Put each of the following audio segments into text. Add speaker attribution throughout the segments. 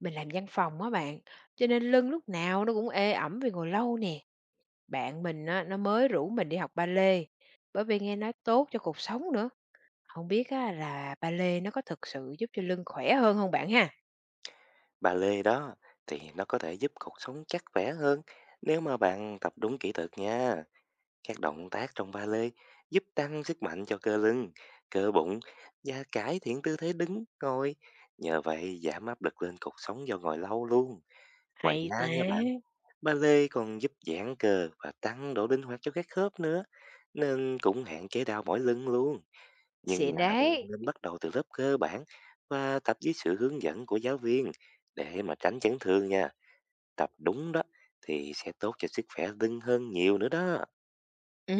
Speaker 1: Mình làm văn phòng á bạn, cho nên lưng lúc nào nó cũng ê ẩm vì ngồi lâu nè. Bạn mình á, nó mới rủ mình đi học ba lê, bởi vì nghe nói tốt cho cuộc sống nữa. Không biết á, là ba lê nó có thực sự giúp cho lưng khỏe hơn không bạn ha?
Speaker 2: Bà Lê đó thì nó có thể giúp cuộc sống chắc khỏe hơn nếu mà bạn tập đúng kỹ thuật nha. Các động tác trong ba lê giúp tăng sức mạnh cho cơ lưng, cơ bụng và cải thiện tư thế đứng, ngồi. Nhờ vậy giảm áp lực lên cột sống do ngồi lâu luôn. Ngoài
Speaker 1: Hay
Speaker 2: ra
Speaker 1: ta,
Speaker 2: nha bạn, ba lê còn giúp giãn cơ và tăng độ linh hoạt cho các khớp nữa, nên cũng hạn chế đau mỏi lưng luôn, nhưng mà
Speaker 1: xịn
Speaker 2: là bạn
Speaker 1: đấy.
Speaker 2: nên bắt đầu từ lớp cơ bản và tập dưới sự hướng dẫn của giáo viên để mà tránh chấn thương nha. Tập đúng đó thì sẽ tốt cho sức khỏe lưng hơn nhiều nữa đó.
Speaker 1: Ừ,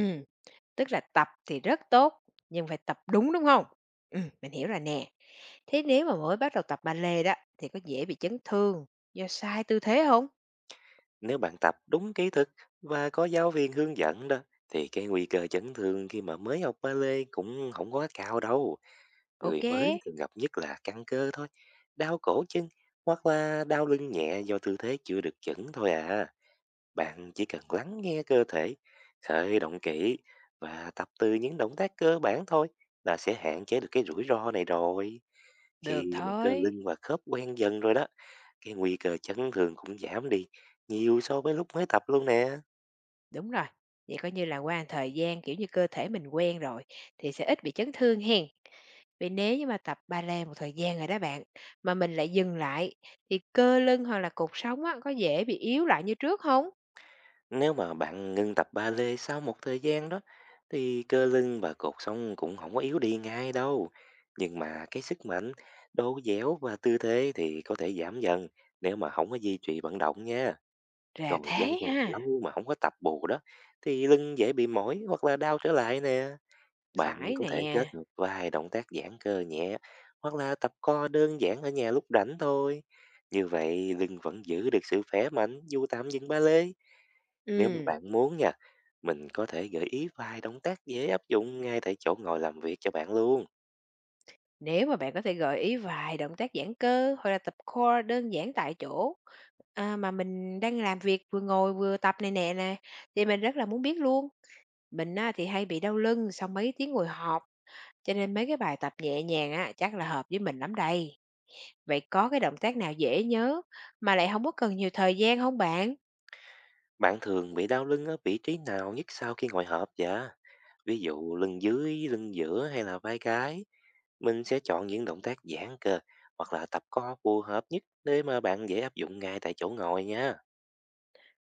Speaker 1: tức là tập thì rất tốt, nhưng phải tập đúng đúng không? Ừ, mình hiểu rồi nè. Thế nếu mà mới bắt đầu tập ballet đó, thì có dễ bị chấn thương do sai tư thế không?
Speaker 2: Nếu bạn tập đúng kỹ thuật và có giáo viên hướng dẫn đó thì cái nguy cơ chấn thương khi mà mới học ballet cũng không quá cao đâu. Người
Speaker 1: Ok,
Speaker 2: mới thường gặp nhất là căng cơ thôi, đau cổ chân hoặc là đau lưng nhẹ do tư thế chưa được chuẩn thôi à. Bạn chỉ cần lắng nghe cơ thể, khởi động kỹ và tập từ những động tác cơ bản thôi là sẽ hạn chế được cái rủi ro này rồi.
Speaker 1: được
Speaker 2: Khi mà cơ
Speaker 1: thôi.
Speaker 2: lưng và khớp quen dần rồi đó, cái nguy cơ chấn thương cũng giảm đi nhiều so với lúc mới tập luôn nè.
Speaker 1: Đúng rồi, vậy coi như là qua một thời gian, kiểu như, cơ thể mình quen rồi thì sẽ ít bị chấn thương hen. Vì nếu như mà tập ballet một thời gian rồi đó bạn, mà mình lại dừng lại thì cơ lưng hoặc là cột sống á, có dễ bị yếu lại như trước không?
Speaker 2: Nếu mà bạn ngưng tập ba lê sau một thời gian đó, thì cơ lưng và cột sống cũng không có yếu đi ngay đâu. Nhưng mà cái sức mạnh, độ dẻo và tư thế thì có thể giảm dần nếu mà không có duy trì vận động nha.
Speaker 1: Ra
Speaker 2: Còn
Speaker 1: thế
Speaker 2: văn phòng
Speaker 1: ha,
Speaker 2: lâu mà không có tập bù đó, thì lưng dễ bị mỏi hoặc là đau trở lại nè. Bạn
Speaker 1: phải
Speaker 2: có thể kết
Speaker 1: nè.
Speaker 2: hợp vài động tác giãn cơ nhẹ hoặc là tập co đơn giản ở nhà lúc rảnh thôi. Như vậy lưng vẫn giữ được sự khỏe mạnh dù tạm dừng ba lê. Nếu mà
Speaker 1: Ừm,
Speaker 2: bạn muốn nha, mình có thể gợi ý vài động tác dễ áp dụng ngay tại chỗ ngồi làm việc cho bạn luôn.
Speaker 1: nếu mà bạn có thể gợi ý vài động tác giãn cơ hoặc là tập core đơn giản tại chỗ, à, mà mình đang làm việc vừa ngồi vừa tập này nè nè, thì mình rất là muốn biết luôn. Mình á, thì hay bị đau lưng sau mấy tiếng ngồi họp. Cho nên mấy cái bài tập nhẹ nhàng á, chắc là hợp với mình lắm đây. Vậy có cái động tác nào dễ nhớ mà lại không có cần nhiều thời gian không bạn?
Speaker 2: Bạn thường bị đau lưng ở vị trí nào nhất sau khi ngồi họp dạ? Ví dụ lưng dưới, lưng giữa hay là vai gáy? Mình sẽ chọn những động tác giãn cơ hoặc là tập co phù hợp nhất để mà bạn dễ áp dụng ngay tại chỗ ngồi nha.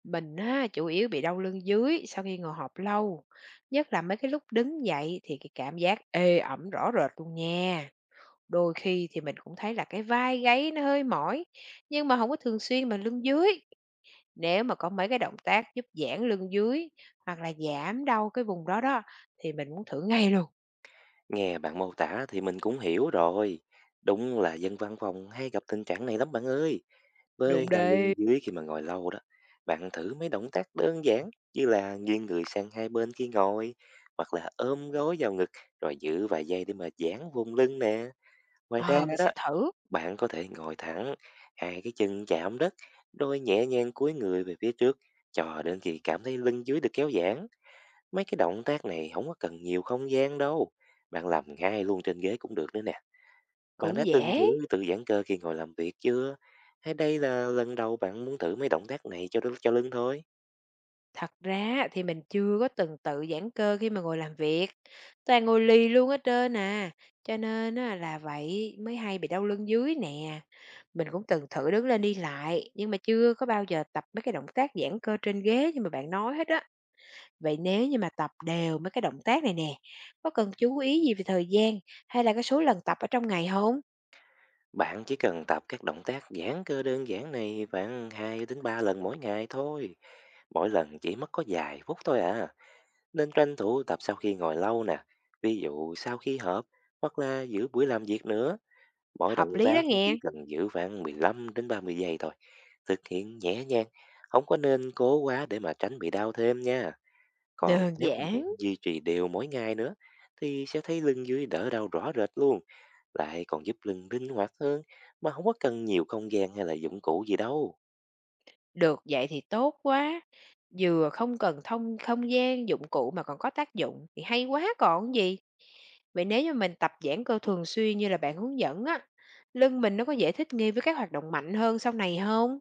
Speaker 1: Mình á, chủ yếu bị đau lưng dưới sau khi ngồi họp lâu, nhất là mấy cái lúc đứng dậy thì cái cảm giác ê ẩm rõ rệt luôn nha. Đôi khi thì mình cũng thấy là cái vai gáy nó hơi mỏi, nhưng mà không có thường xuyên mà lưng dưới. Nếu mà có mấy cái động tác giúp giãn lưng dưới hoặc là giảm đau cái vùng đó đó, thì mình muốn thử ngay luôn.
Speaker 2: Nghe bạn mô tả thì mình cũng hiểu rồi. Đúng là dân văn phòng hay gặp tình trạng này lắm bạn ơi. Với
Speaker 1: Đúng
Speaker 2: đau lưng
Speaker 1: đấy.
Speaker 2: dưới khi mà ngồi lâu đó, bạn thử mấy động tác đơn giản như là nghiêng người sang hai bên khi ngồi, hoặc là ôm gối vào ngực rồi giữ vài giây để mà giãn vùng lưng nè. Ngoài ra
Speaker 1: Ờ, mình
Speaker 2: đó,
Speaker 1: sẽ thử.
Speaker 2: bạn có thể ngồi thẳng, hai cái chân chạm đất, rồi nhẹ nhàng cúi người về phía trước cho đến khi cảm thấy lưng dưới được kéo giãn. Mấy cái động tác này không có cần nhiều không gian đâu. Bạn làm ngay luôn trên ghế cũng được nữa nè. Bạn đã
Speaker 1: Cũng
Speaker 2: từng
Speaker 1: dễ,
Speaker 2: thử tự giãn cơ khi ngồi làm việc chưa? Hay đây là lần đầu bạn muốn thử mấy động tác này cho lưng thôi?
Speaker 1: thật ra thì mình chưa có từng tự giãn cơ khi mà ngồi làm việc, toàn ngồi lì luôn hết trơn à, cho nên á là vậy mới hay bị đau lưng dưới nè. Mình cũng từng thử đứng lên đi lại, nhưng mà chưa có bao giờ tập mấy cái động tác giãn cơ trên ghế như mà bạn nói hết á. Vậy nếu như mà tập đều mấy cái động tác này nè, có cần chú ý gì về thời gian hay là cái số lần tập ở trong ngày không?
Speaker 2: Bạn chỉ cần tập các động tác giãn cơ đơn giản này khoảng 2 đến 3 lần mỗi ngày thôi. Mỗi lần chỉ mất có vài phút thôi à. Nên tranh thủ tập sau khi ngồi lâu nè. Ví dụ sau khi họp hoặc là giữa buổi làm việc nữa. Mỗi động
Speaker 1: Hợp lý đó
Speaker 2: tác nó chỉ
Speaker 1: nghe,
Speaker 2: cần giữ khoảng 15 đến 30 giây thôi. Thực hiện nhẹ nhàng, không có nên cố quá để mà tránh bị đau thêm nha. Còn
Speaker 1: đơn
Speaker 2: nếu mà bạn
Speaker 1: giản.
Speaker 2: duy trì đều mỗi ngày nữa thì sẽ thấy lưng dưới đỡ đau rõ rệt luôn, lại còn giúp lưng linh hoạt hơn mà không có cần nhiều không gian hay là dụng cụ gì đâu.
Speaker 1: Được, vậy thì tốt quá, vừa không cần thông không gian, dụng cụ mà còn có tác dụng thì hay quá còn gì. Vậy nếu như mình tập giãn cơ thường xuyên như là bạn hướng dẫn á, lưng mình nó có dễ thích nghi với các hoạt động mạnh hơn sau này không?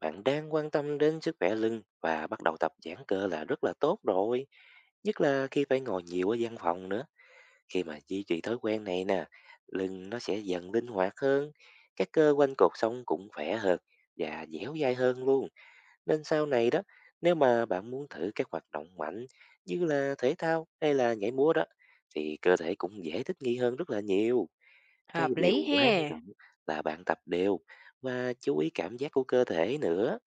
Speaker 2: Bạn đang quan tâm đến sức khỏe lưng và bắt đầu tập giãn cơ là rất là tốt rồi, nhất là khi phải ngồi nhiều ở văn phòng nữa. Khi mà duy trì thói quen này nè, lưng nó sẽ dần linh hoạt hơn, các cơ quanh cột sống cũng khỏe hơn và dẻo dai hơn luôn. Nên sau này đó, nếu mà bạn muốn thử các hoạt động mạnh như là thể thao hay là nhảy múa đó, thì cơ thể cũng dễ thích nghi hơn rất là nhiều. Cái
Speaker 1: Hợp
Speaker 2: điều
Speaker 1: lý
Speaker 2: quan
Speaker 1: ha.
Speaker 2: trọng là bạn tập đều và chú ý cảm giác của cơ thể nữa.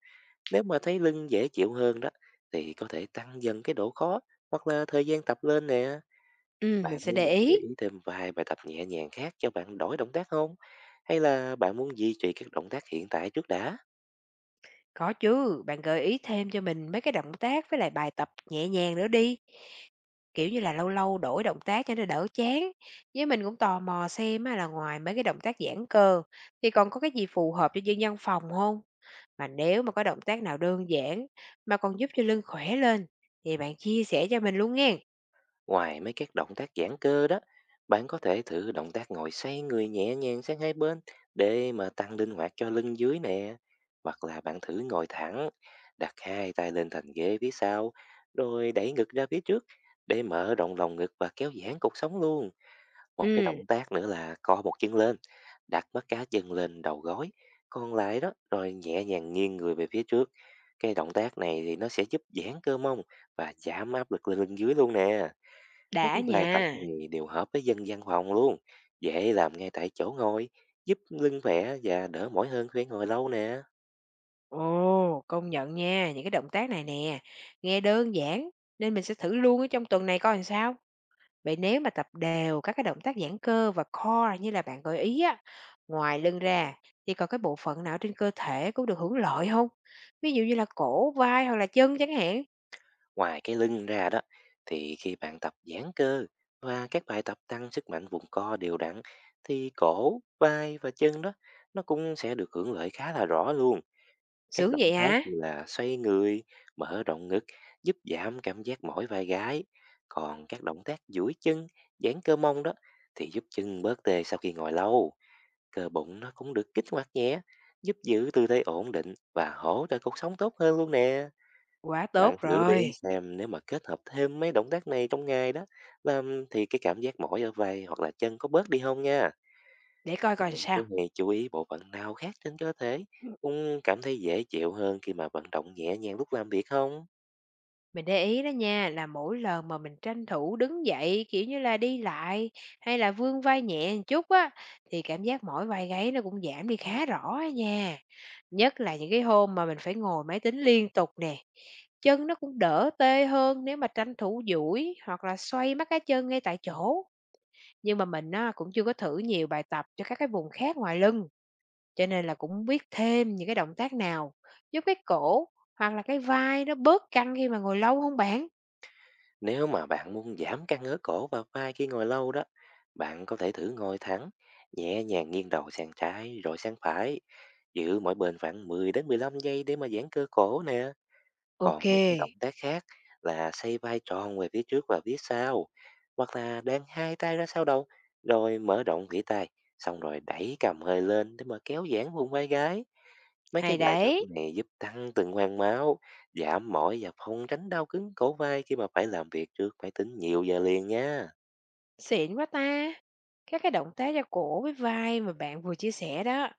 Speaker 2: Nếu mà thấy lưng dễ chịu hơn đó, thì có thể tăng dần cái độ khó hoặc là thời gian tập lên nè.
Speaker 1: Mình
Speaker 2: Bạn
Speaker 1: sẽ
Speaker 2: muốn
Speaker 1: để
Speaker 2: mình gợi
Speaker 1: ý.
Speaker 2: ý thêm vài bài tập nhẹ nhàng khác cho bạn đổi động tác không? Hay là bạn muốn duy trì các động tác hiện tại trước đã?
Speaker 1: Có chứ, bạn gợi ý thêm cho mình mấy cái động tác với lại bài tập nhẹ nhàng nữa đi, kiểu như là, lâu lâu đổi động tác cho nó đỡ chán. Với mình cũng tò mò xem á là ngoài mấy cái động tác giãn cơ thì còn có cái gì phù hợp cho dân văn phòng không? Mà nếu mà có động tác nào đơn giản mà còn giúp cho lưng khỏe lên thì bạn chia sẻ cho mình luôn nghe.
Speaker 2: Ngoài mấy các động tác giãn cơ đó, bạn có thể thử động tác ngồi xoay người nhẹ nhàng sang hai bên để mà tăng linh hoạt cho lưng dưới nè. Hoặc là bạn thử ngồi thẳng, đặt hai tay lên thành ghế phía sau, rồi đẩy ngực ra phía trước để mở rộng lồng ngực và kéo giãn cột sống luôn. Một cái
Speaker 1: Ừ,
Speaker 2: động tác nữa là co một chân lên, đặt mắt cá chân lên đầu gối. Còn lại đó, rồi nhẹ nhàng nghiêng người về phía trước. Cái động tác này thì nó sẽ giúp giãn cơ mông và giảm áp lực lên lưng dưới luôn nè. Mấy
Speaker 1: đã
Speaker 2: cái bài tập
Speaker 1: nha.
Speaker 2: này đều hợp với dân văn phòng luôn, dễ làm ngay tại chỗ ngồi, giúp lưng khỏe và đỡ mỏi hơn khi ngồi lâu nè.
Speaker 1: Ồ, công nhận nha, những cái động tác này nè, nghe đơn giản nên mình sẽ thử luôn ở trong tuần này coi làm sao. Vậy nếu mà tập đều các cái động tác giãn cơ và core như là bạn gợi ý á, ngoài lưng ra thì còn cái bộ phận nào trên cơ thể cũng được hưởng lợi không? Ví dụ như là cổ, vai hoặc là chân chẳng hạn.
Speaker 2: Ngoài cái lưng ra đó, thì khi bạn tập giãn cơ và các bài tập tăng sức mạnh vùng co đều đặn, thì cổ, vai và chân đó nó cũng sẽ được hưởng lợi khá là rõ luôn. Các
Speaker 1: Sướng
Speaker 2: động
Speaker 1: vậy
Speaker 2: tác
Speaker 1: hả?
Speaker 2: như là xoay người, mở rộng ngực giúp giảm cảm giác mỏi vai gáy. Còn các động tác duỗi chân, giãn cơ mông đó thì giúp chân bớt tê sau khi ngồi lâu. Cơ bụng nó cũng được kích hoạt nhẹ, giúp giữ tư thế ổn định và hỗ trợ cuộc sống tốt hơn luôn nè.
Speaker 1: Quá
Speaker 2: Bạn
Speaker 1: tốt
Speaker 2: thử để ý
Speaker 1: rồi.
Speaker 2: xem nếu mà kết hợp thêm mấy động tác này trong ngày đó, làm thì cái cảm giác mỏi ở vai hoặc là chân có bớt đi không nha.
Speaker 1: Để coi coi làm
Speaker 2: Bạn có
Speaker 1: sao.
Speaker 2: hề chú ý bộ phận nào khác trên cơ thể cũng cảm thấy dễ chịu hơn khi mà vận động nhẹ nhàng lúc làm việc không?
Speaker 1: Mình để ý đó nha, là mỗi lần mà mình tranh thủ đứng dậy, kiểu như là, đi lại hay là vươn vai nhẹ một chút á, thì cảm giác mỏi vai gáy nó cũng giảm đi khá rõ á nha. Nhất là những cái hôm mà mình phải ngồi máy tính liên tục nè. Chân nó cũng đỡ tê hơn nếu mà tranh thủ duỗi hoặc là xoay mắt cá chân ngay tại chỗ. Nhưng mà mình á, cũng chưa có thử nhiều bài tập cho các cái vùng khác ngoài lưng, cho nên là cũng không biết thêm những cái động tác nào giúp cái cổ hoặc là cái vai nó bớt căng khi mà ngồi lâu không bạn?
Speaker 2: Nếu mà bạn muốn giảm căng ngứa cổ và vai khi ngồi lâu đó, bạn có thể thử ngồi thẳng, nhẹ nhàng nghiêng đầu sang trái rồi sang phải, giữ mỗi bên khoảng 10 đến 15 giây để mà giãn cơ cổ nè. Còn một cái động
Speaker 1: OK,
Speaker 2: tác khác là xoay vai tròn về phía trước và phía sau, hoặc là đan hai tay ra sau đầu, rồi mở rộng vĩ tay, xong rồi đẩy cầm hơi lên để mà kéo giãn vùng vai gáy. Mấy cái
Speaker 1: hay
Speaker 2: bài tập
Speaker 1: đấy,
Speaker 2: này giúp tăng tuần hoàn máu, giảm mỏi và phòng tránh đau cứng cổ vai khi mà phải làm việc trước máy tính nhiều giờ liền nha.
Speaker 1: xịn quá ta. Các cái động tác ra cổ với vai mà bạn vừa chia sẻ đó,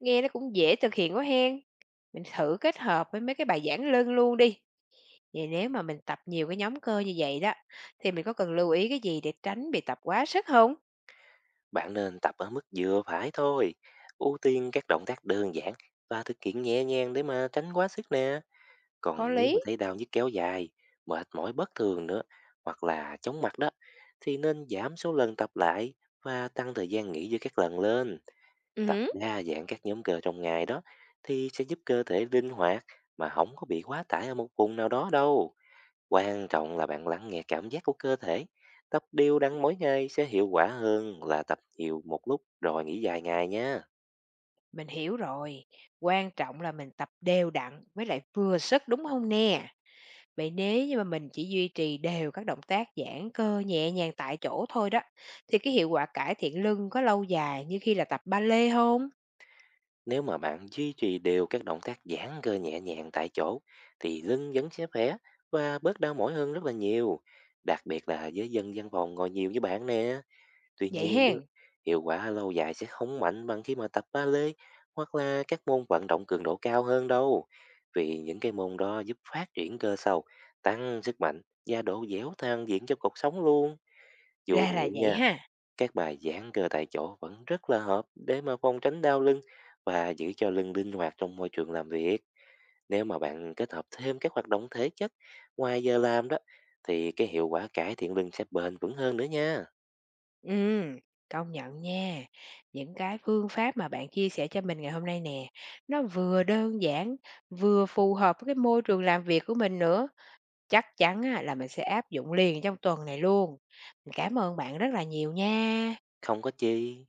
Speaker 1: nghe nó cũng dễ thực hiện quá hen. Mình thử kết hợp với mấy cái bài giãn lưng luôn đi. Vậy nếu mà mình tập nhiều cái nhóm cơ như vậy đó, thì mình có cần lưu ý cái gì để tránh bị tập quá sức không?
Speaker 2: Bạn nên tập ở mức vừa phải thôi, ưu tiên các động tác đơn giản và thực hiện nhẹ nhàng để mà tránh quá sức nè.
Speaker 1: Có
Speaker 2: Còn nếu
Speaker 1: lý.
Speaker 2: mà thấy đau nhức kéo dài, mệt mỏi bất thường nữa hoặc là chóng mặt đó thì nên giảm số lần tập lại và tăng thời gian nghỉ giữa các lần lên. Tập
Speaker 1: Ừ,
Speaker 2: đa dạng các nhóm cơ trong ngày đó thì sẽ giúp cơ thể linh hoạt mà không có bị quá tải ở một vùng nào đó đâu. Quan trọng là bạn lắng nghe cảm giác của cơ thể. Tập đều đặn mỗi ngày sẽ hiệu quả hơn là tập nhiều một lúc rồi nghỉ vài ngày nhé.
Speaker 1: mình hiểu rồi. Quan trọng là mình tập đều đặn với lại vừa sức đúng không nè? Vậy nếu như mà mình chỉ duy trì đều các động tác giãn cơ nhẹ nhàng tại chỗ thôi đó, thì cái hiệu quả cải thiện lưng có lâu dài như khi là tập ba lê hông?
Speaker 2: Nếu mà bạn duy trì đều các động tác giãn cơ nhẹ nhàng tại chỗ thì lưng vẫn sẽ khỏe và bớt đau mỏi hơn rất là nhiều. Đặc biệt là với dân văn phòng ngồi nhiều như bạn nè. Tuy
Speaker 1: Vậy
Speaker 2: nhiên đó,
Speaker 1: hen,
Speaker 2: hiệu quả lâu dài sẽ không mạnh bằng khi mà tập ballet hoặc là các môn vận động cường độ cao hơn đâu. Vì những cái môn đó giúp phát triển cơ sâu, tăng sức mạnh và độ dẻo dang diện cho cuộc sống luôn. Dù
Speaker 1: ra
Speaker 2: vậy
Speaker 1: là vậy
Speaker 2: nha,
Speaker 1: ha.
Speaker 2: các bài giãn cơ tại chỗ vẫn rất là hợp để mà phòng tránh đau lưng và giữ cho lưng linh hoạt trong môi trường làm việc. Nếu mà bạn kết hợp thêm các hoạt động thể chất ngoài giờ làm đó thì cái hiệu quả cải thiện lưng sẽ bền vững hơn nữa nha.
Speaker 1: Ừm, công nhận nha. Những cái phương pháp mà bạn chia sẻ cho mình ngày hôm nay nè, nó vừa đơn giản, vừa phù hợp với cái môi trường làm việc của mình nữa. Chắc chắn á là mình sẽ áp dụng liền trong tuần này luôn. Mình cảm ơn bạn rất là nhiều nha.
Speaker 2: Không có chi.